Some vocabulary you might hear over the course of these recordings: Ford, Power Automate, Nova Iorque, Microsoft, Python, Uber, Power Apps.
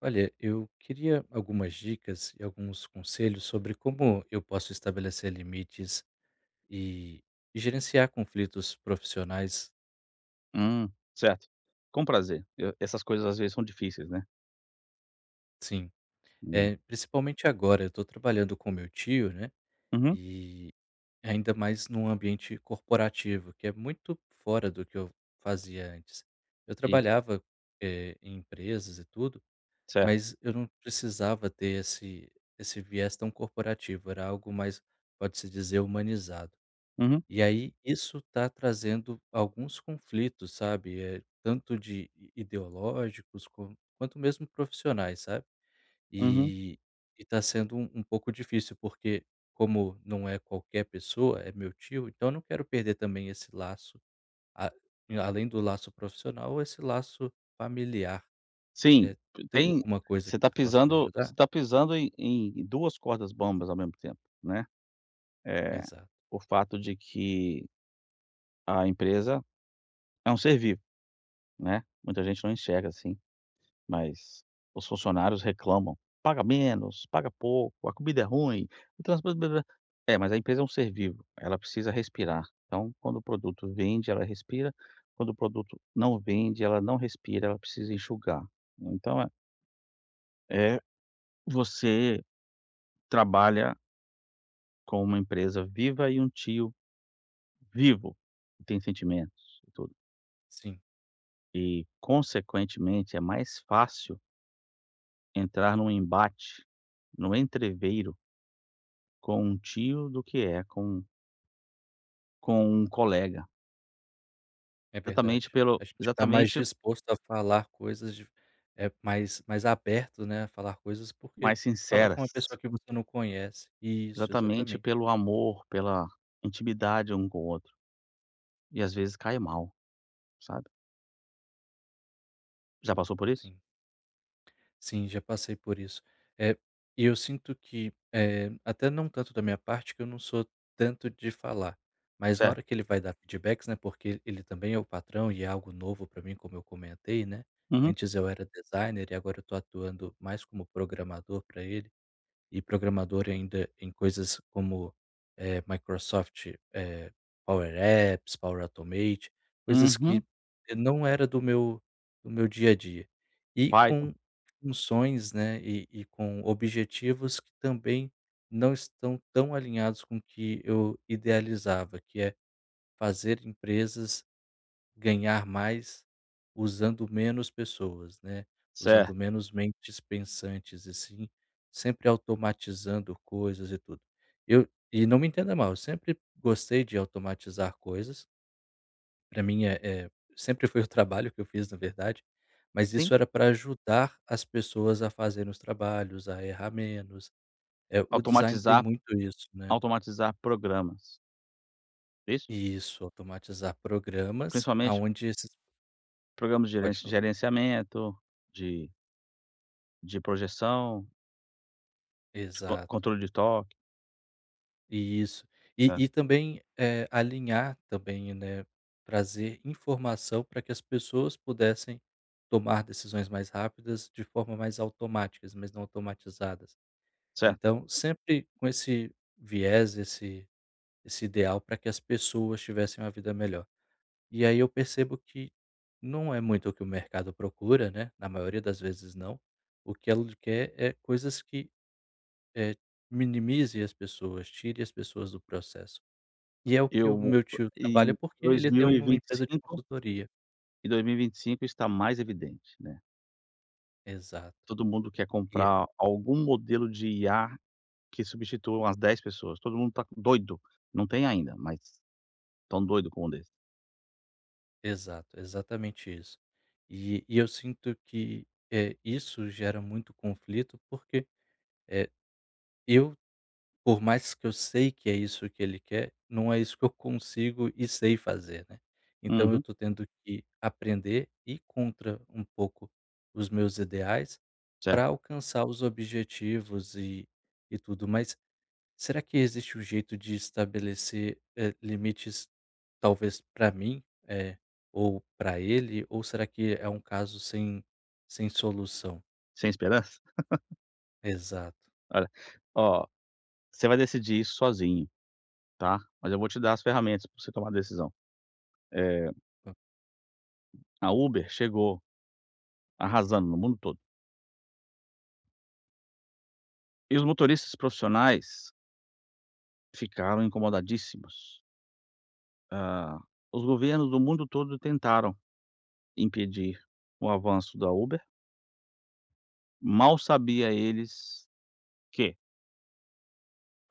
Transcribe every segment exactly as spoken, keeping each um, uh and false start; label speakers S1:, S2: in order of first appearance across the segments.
S1: Olha, eu queria algumas dicas e alguns conselhos sobre como eu posso estabelecer limites e e gerenciar conflitos profissionais,
S2: Hum, certo. Com prazer. Eu Essas coisas às vezes são difíceis, né.
S1: sim.
S2: Né.
S1: é principalmente agora, eu estou trabalhando com meu tio, né,
S2: Uhum.
S1: e ainda mais num ambiente corporativo, que é muito fora do que eu fazia antes. Eu
S2: E
S1: trabalhava, eh, em empresas e tudo,
S2: certo.
S1: mas eu não precisava ter esse esse viés tão corporativo, era algo mais, pode-se dizer, humanizado.
S2: Uhum,
S1: E aí isso está trazendo alguns conflitos, sabe, eh, tanto de i ideológicos com quanto mesmo profissionais, sabe.
S2: uhum.
S1: E está sendo um um pouco difícil, porque como não é qualquer pessoa, é meu tio, então eu não quero perder também esse laço, a e além do laço profissional, esse laço familiar.
S2: Sim,
S1: Eh, tem
S2: tem.
S1: alguma coisa
S2: você
S1: que
S2: tá
S1: você possa me
S2: pisando você
S1: ajudar?
S2: tá pisando em em duas cordas bambas ao mesmo tempo, né. É
S1: Exato,
S2: o fato de que a empresa é um ser vivo, né, muita gente não enxerga assim. Mas os funcionários reclamam: "Paga menos, paga pouco, a comida é ruim, o transporte blá-blá-blá". É, mas a empresa é um ser vivo, ela precisa respirar. Então, quando o produto vende, ela respira, quando o produto não vende, ela não respira, ela precisa enxugar. Então é é Você trabalha com uma empresa viva e um tio vivo, que tem sentimentos e tudo.
S1: sim.
S2: E, consequentemente, é mais fácil entrar num embate, no entreveiro, com um tio do que é com com um colega.
S1: É
S2: Exatamente
S1: verdade.
S2: pelo
S1: A gente está mais
S2: exatamente
S1: disposto a falar coisas de eh, mais mais aberto, né, a falar coisas, porque
S2: Mais
S1: falar com
S2: sinceras,
S1: uma pessoa que você não conhece. Isso,
S2: exatamente
S1: exatamente.
S2: pelo amor, pela intimidade um com o outro. E às vezes cai mal, sabe. Já passou por isso?
S1: Sim, sim, já passei por isso. Eh, e eu sinto que, eh, até não tanto da minha parte, que eu não sou tanto de falar, mas na
S2: Certo.
S1: hora que ele vai dar feedbacks, né, porque ele também é o patrão e é algo novo para mim, como eu comentei, né.
S2: Uhum,
S1: Antes eu era designer e agora eu tô atuando mais como programador para ele. E programador ainda em coisas como, eh, Microsoft, eh, Power Apps, Power Automate, coisas
S2: uhum.
S1: que não era do meu do meu dia a dia. E
S2: Python,
S1: com funções, né, e e com objetivos que também não estão tão alinhados com o que eu idealizava, que é fazer empresas ganhar mais usando menos pessoas, né,
S2: certo.
S1: usando menos mentes pensantes, e sim sempre automatizando coisas e tudo. Eu e não me entenda mal, eu sempre gostei de automatizar coisas. Para mim é é sempre foi o trabalho que eu fiz, na verdade, mas
S2: Sim.
S1: isso era para ajudar as pessoas a fazerem os trabalhos, a errar menos. É, o design tem
S2: Automatizar
S1: muito isso, né.
S2: Automatizar programas, isso?
S1: Isso, automatizar programas
S2: Principalmente
S1: aonde esses
S2: programas de
S1: pode
S2: gerenci
S1: falar.
S2: gerenciamento, de de projeção, de co
S1: Exato.
S2: controle de toque,
S1: Isso. E
S2: é,
S1: e também, eh, alinhar também, né, trazer informação para que as pessoas pudessem tomar decisões mais rápidas de forma mais automáticas, mas não automatizadas.
S2: certo.
S1: Então, sempre com esse viés, esse esse ideal para que as pessoas tivessem uma vida melhor. E aí eu percebo que não é muito o que o mercado procura, né, na maioria das vezes não. O que ela quer é coisas que, eh, minimize as pessoas, tire as pessoas do processo. E é o que o
S2: Eu
S1: meu tio
S2: em
S1: trabalha, porque
S2: dois
S1: ele tem
S2: mil e
S1: uma empresa de
S2: vinte e cinco.
S1: consultoria.
S2: E dois mil e vinte e cinco está mais evidente, né.
S1: Exato.
S2: Todo mundo quer
S1: E é
S2: comprar algum modelo de I A que substitua umas dez pessoas. Todo mundo tá doido. Não tem ainda, mas tão doido com um desse.
S1: exato, exatamente isso. E e eu sinto que, eh, isso gera muito conflito, porque, eh, eu, por mais que eu sei que é isso que ele quer, não é isso que eu consigo e sei fazer, né. Então eu
S2: Uhum,
S1: estou tendo que aprender, e contra um pouco os meus ideais,
S2: certo.
S1: para alcançar os objetivos e e tudo. Mas será que existe um jeito de estabelecer, eh, limites, talvez para mim, eh, ou para ele, ou será que é um caso sem sem solução?
S2: Sem esperança?
S1: Exato.
S2: Olha, ó, você vai decidir isso sozinho, tá, mas eu vou te dar as ferramentas para você tomar a decisão. Eh, a Uber chegou arrasando no mundo todo. E os motoristas profissionais ficaram incomodadíssimos. Ah, os governos do mundo todo tentaram impedir o avanço da Uber. Mal sabia eles que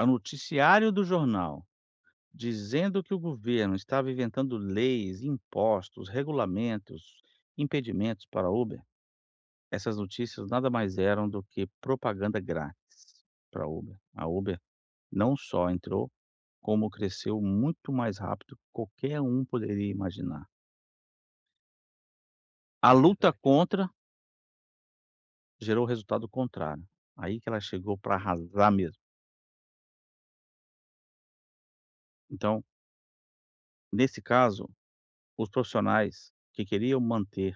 S2: o noticiário do jornal dizendo que o governo estava inventando leis, impostos, regulamentos, impedimentos para Uber, essas notícias nada mais eram do que propaganda grátis para Uber. A Uber não só entrou, como cresceu muito mais rápido que qualquer um poderia imaginar. A
S1: Ah, é
S2: luta
S1: verdade,
S2: contra gerou resultado contrário. Aí que ela chegou para arrasar mesmo. Então, nesse caso, os profissionais que queriam manter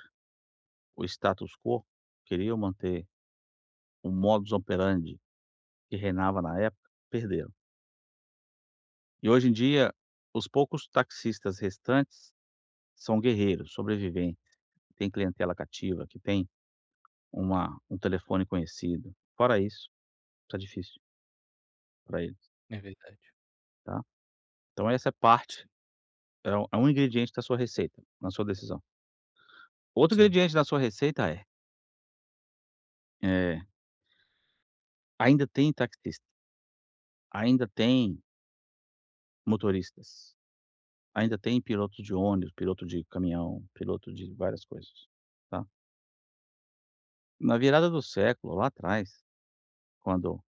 S2: o status quo, queriam manter o modus operandi que reinava na época, perderam. E hoje em dia, os poucos taxistas restantes são guerreiros, sobreviventes, que têm clientela cativa, que tem uma um telefone conhecido. Fora isso, tá difícil para eles,
S1: é verdade.
S2: tá. Então essa é parte,
S1: Sim,
S2: é um é um ingrediente da sua receita, na sua decisão. Outro
S1: sim.
S2: ingrediente da sua receita é, eh, ainda tem taxista, ainda tem motoristas. Ainda tem piloto de ônibus, piloto de caminhão, piloto de várias coisas, tá. Na virada do século, lá atrás, quando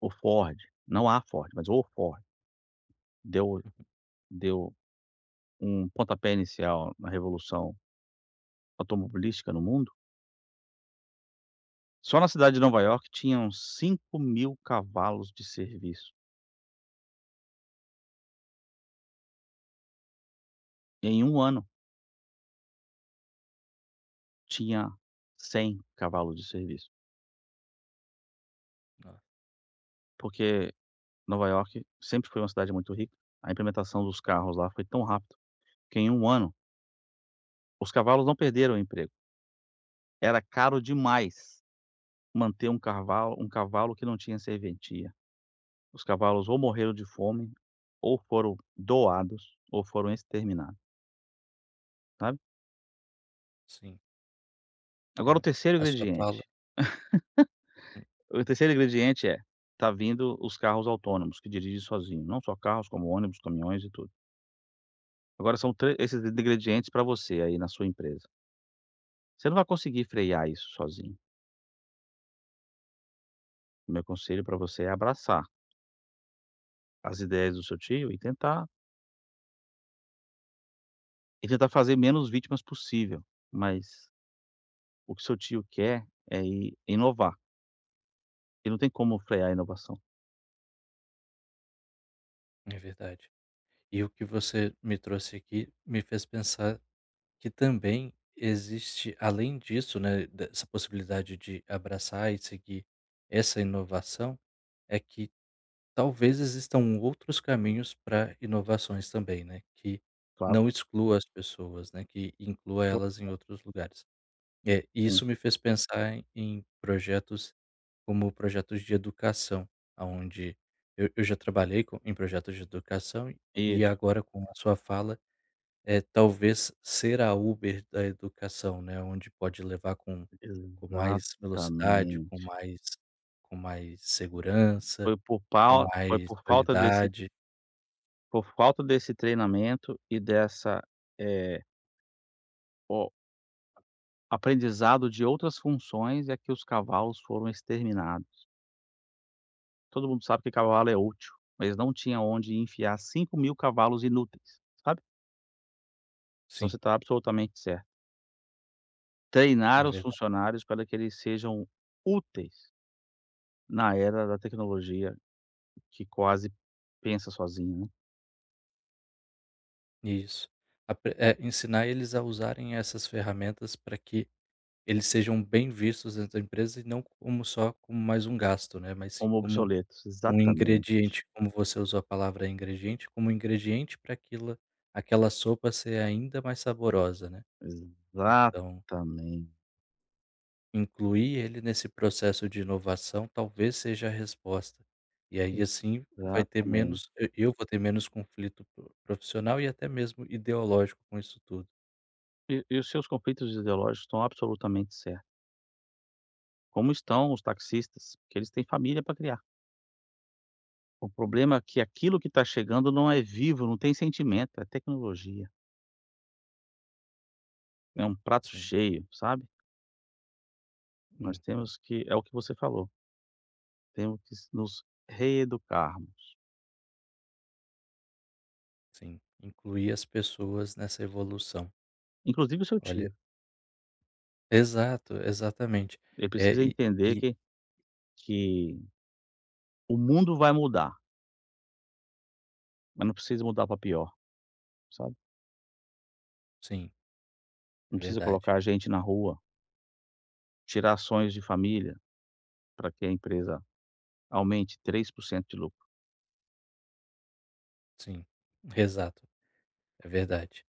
S2: o Ford, não a Ford, mas o Ford, deu deu um pontapé inicial na revolução automobilística no mundo, só na cidade de Nova Iorque tinham cinco mil cavalos de serviço. Em um ano tinha cem cavalos de serviço,
S1: Ah,
S2: porque Nova York sempre foi uma cidade muito rica, a implementação dos carros lá foi tão rápido que em um ano os cavalos não perderam o emprego. Era caro demais manter um cavalo, um cavalo que não tinha serventia. Os cavalos ou morreram de fome, ou foram doados, ou foram exterminados, sabe.
S1: sim,
S2: Agora o
S1: é.
S2: terceiro
S1: A sua fala
S2: ingrediente O terceiro ingrediente é: tá vindo os carros autônomos que dirigem sozinho, não só carros, como ônibus, caminhões e tudo. Agora são tre esses ingredientes para você aí na sua empresa. Você não vai conseguir frear isso sozinho. O meu conselho para você é abraçar as ideias do seu tio e tentar E tentar fazer menos vítimas possível, mas o que seu tio quer é i inovar. Ele não tem como frear a inovação,
S1: é verdade. E o que você me trouxe aqui me fez pensar que também existe, além disso, né, dessa possibilidade de abraçar e seguir essa inovação, é que talvez existam outros caminhos para inovações também, né, que
S2: claro,
S1: não exclua as pessoas, né, que inclua
S2: claro
S1: elas em outros lugares. É,
S2: que
S1: e
S2: tem.
S1: isso me fez pensar em em projetos como projetos de educação, onde eu eu já trabalhei com em projetos de educação e
S2: Isso,
S1: agora com a sua fala é, talvez ser a Uber da educação, né, onde pode levar com com mais velocidade, com
S2: exatamente.
S1: mais com mais segurança,
S2: Foi por
S1: com
S2: pau foi
S1: mais
S2: por falta desse
S1: qualidade.
S2: por falta desse treinamento e dessa, eh, o aprendizado de outras funções é que os cavalos foram exterminados. Todo mundo sabe que cavalo é útil, mas não tinha onde enfiar cinco mil cavalos inúteis, sabe. Então você
S1: Sim,
S2: está absolutamente certo. Treinar
S1: é
S2: os
S1: verdade.
S2: funcionários para que eles sejam úteis na era da tecnologia que quase pensa sozinha, né,
S1: Isso. Apre é, ensinar eles a usarem essas ferramentas para que eles sejam bem vistos dentro da empresa e não como só como mais um gasto, né, mas sim
S2: como
S1: como
S2: obsoletos.
S1: um
S2: Exatamente,
S1: ingrediente, como você usou a palavra ingrediente, como ingrediente para aquilo aquela sopa ser ainda mais saborosa, né. Então,
S2: exatamente,
S1: incluir ele nesse processo de inovação talvez seja a resposta. E aí, assim, vai ter
S2: exatamente.
S1: menos e eu vou ter menos conflito pro profissional e até mesmo ideológico com isso tudo.
S2: E e os seus conflitos ideológicos estão absolutamente certos, como estão os taxistas, que eles têm família para criar. O problema é que aquilo que está chegando não é vivo, não tem sentimento, é tecnologia, é um prato
S1: Sim,
S2: cheio, sabe. Nós
S1: hum,
S2: temos que é o que você falou, temos que nos reeducarmos.
S1: sim. Incluir as pessoas nessa evolução.
S2: Inclusive o seu
S1: Olha,
S2: tio,
S1: exato, exatamente.
S2: ele
S1: É,
S2: precisa
S1: e
S2: entender
S1: e
S2: que que o mundo vai mudar, mas não precisa mudar para pior, sabe.
S1: sim,
S2: Não
S1: é
S2: precisa
S1: verdade.
S2: colocar gente na rua, tirar ações de família para que a empresa aumente três por cento de lucro,
S1: Sim, exato, é verdade.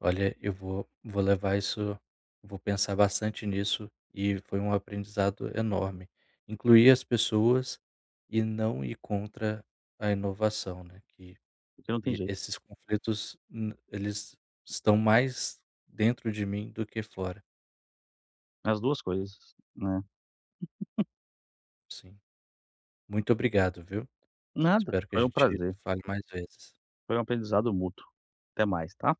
S1: Olha, eu vou vou levar isso, vou pensar bastante nisso e foi um aprendizado enorme. Incluir as pessoas e não ir contra a inovação, né, que
S2: porque não tem
S1: e
S2: jeito.
S1: esses conflitos n eles estão mais dentro de mim do que fora.
S2: As duas coisas, né.
S1: Sim. Muito obrigado, viu.
S2: Nada,
S1: Espero que a
S2: foi um
S1: gente
S2: prazer,
S1: fale mais vezes.
S2: foi um aprendizado mútuo. Até mais, tá.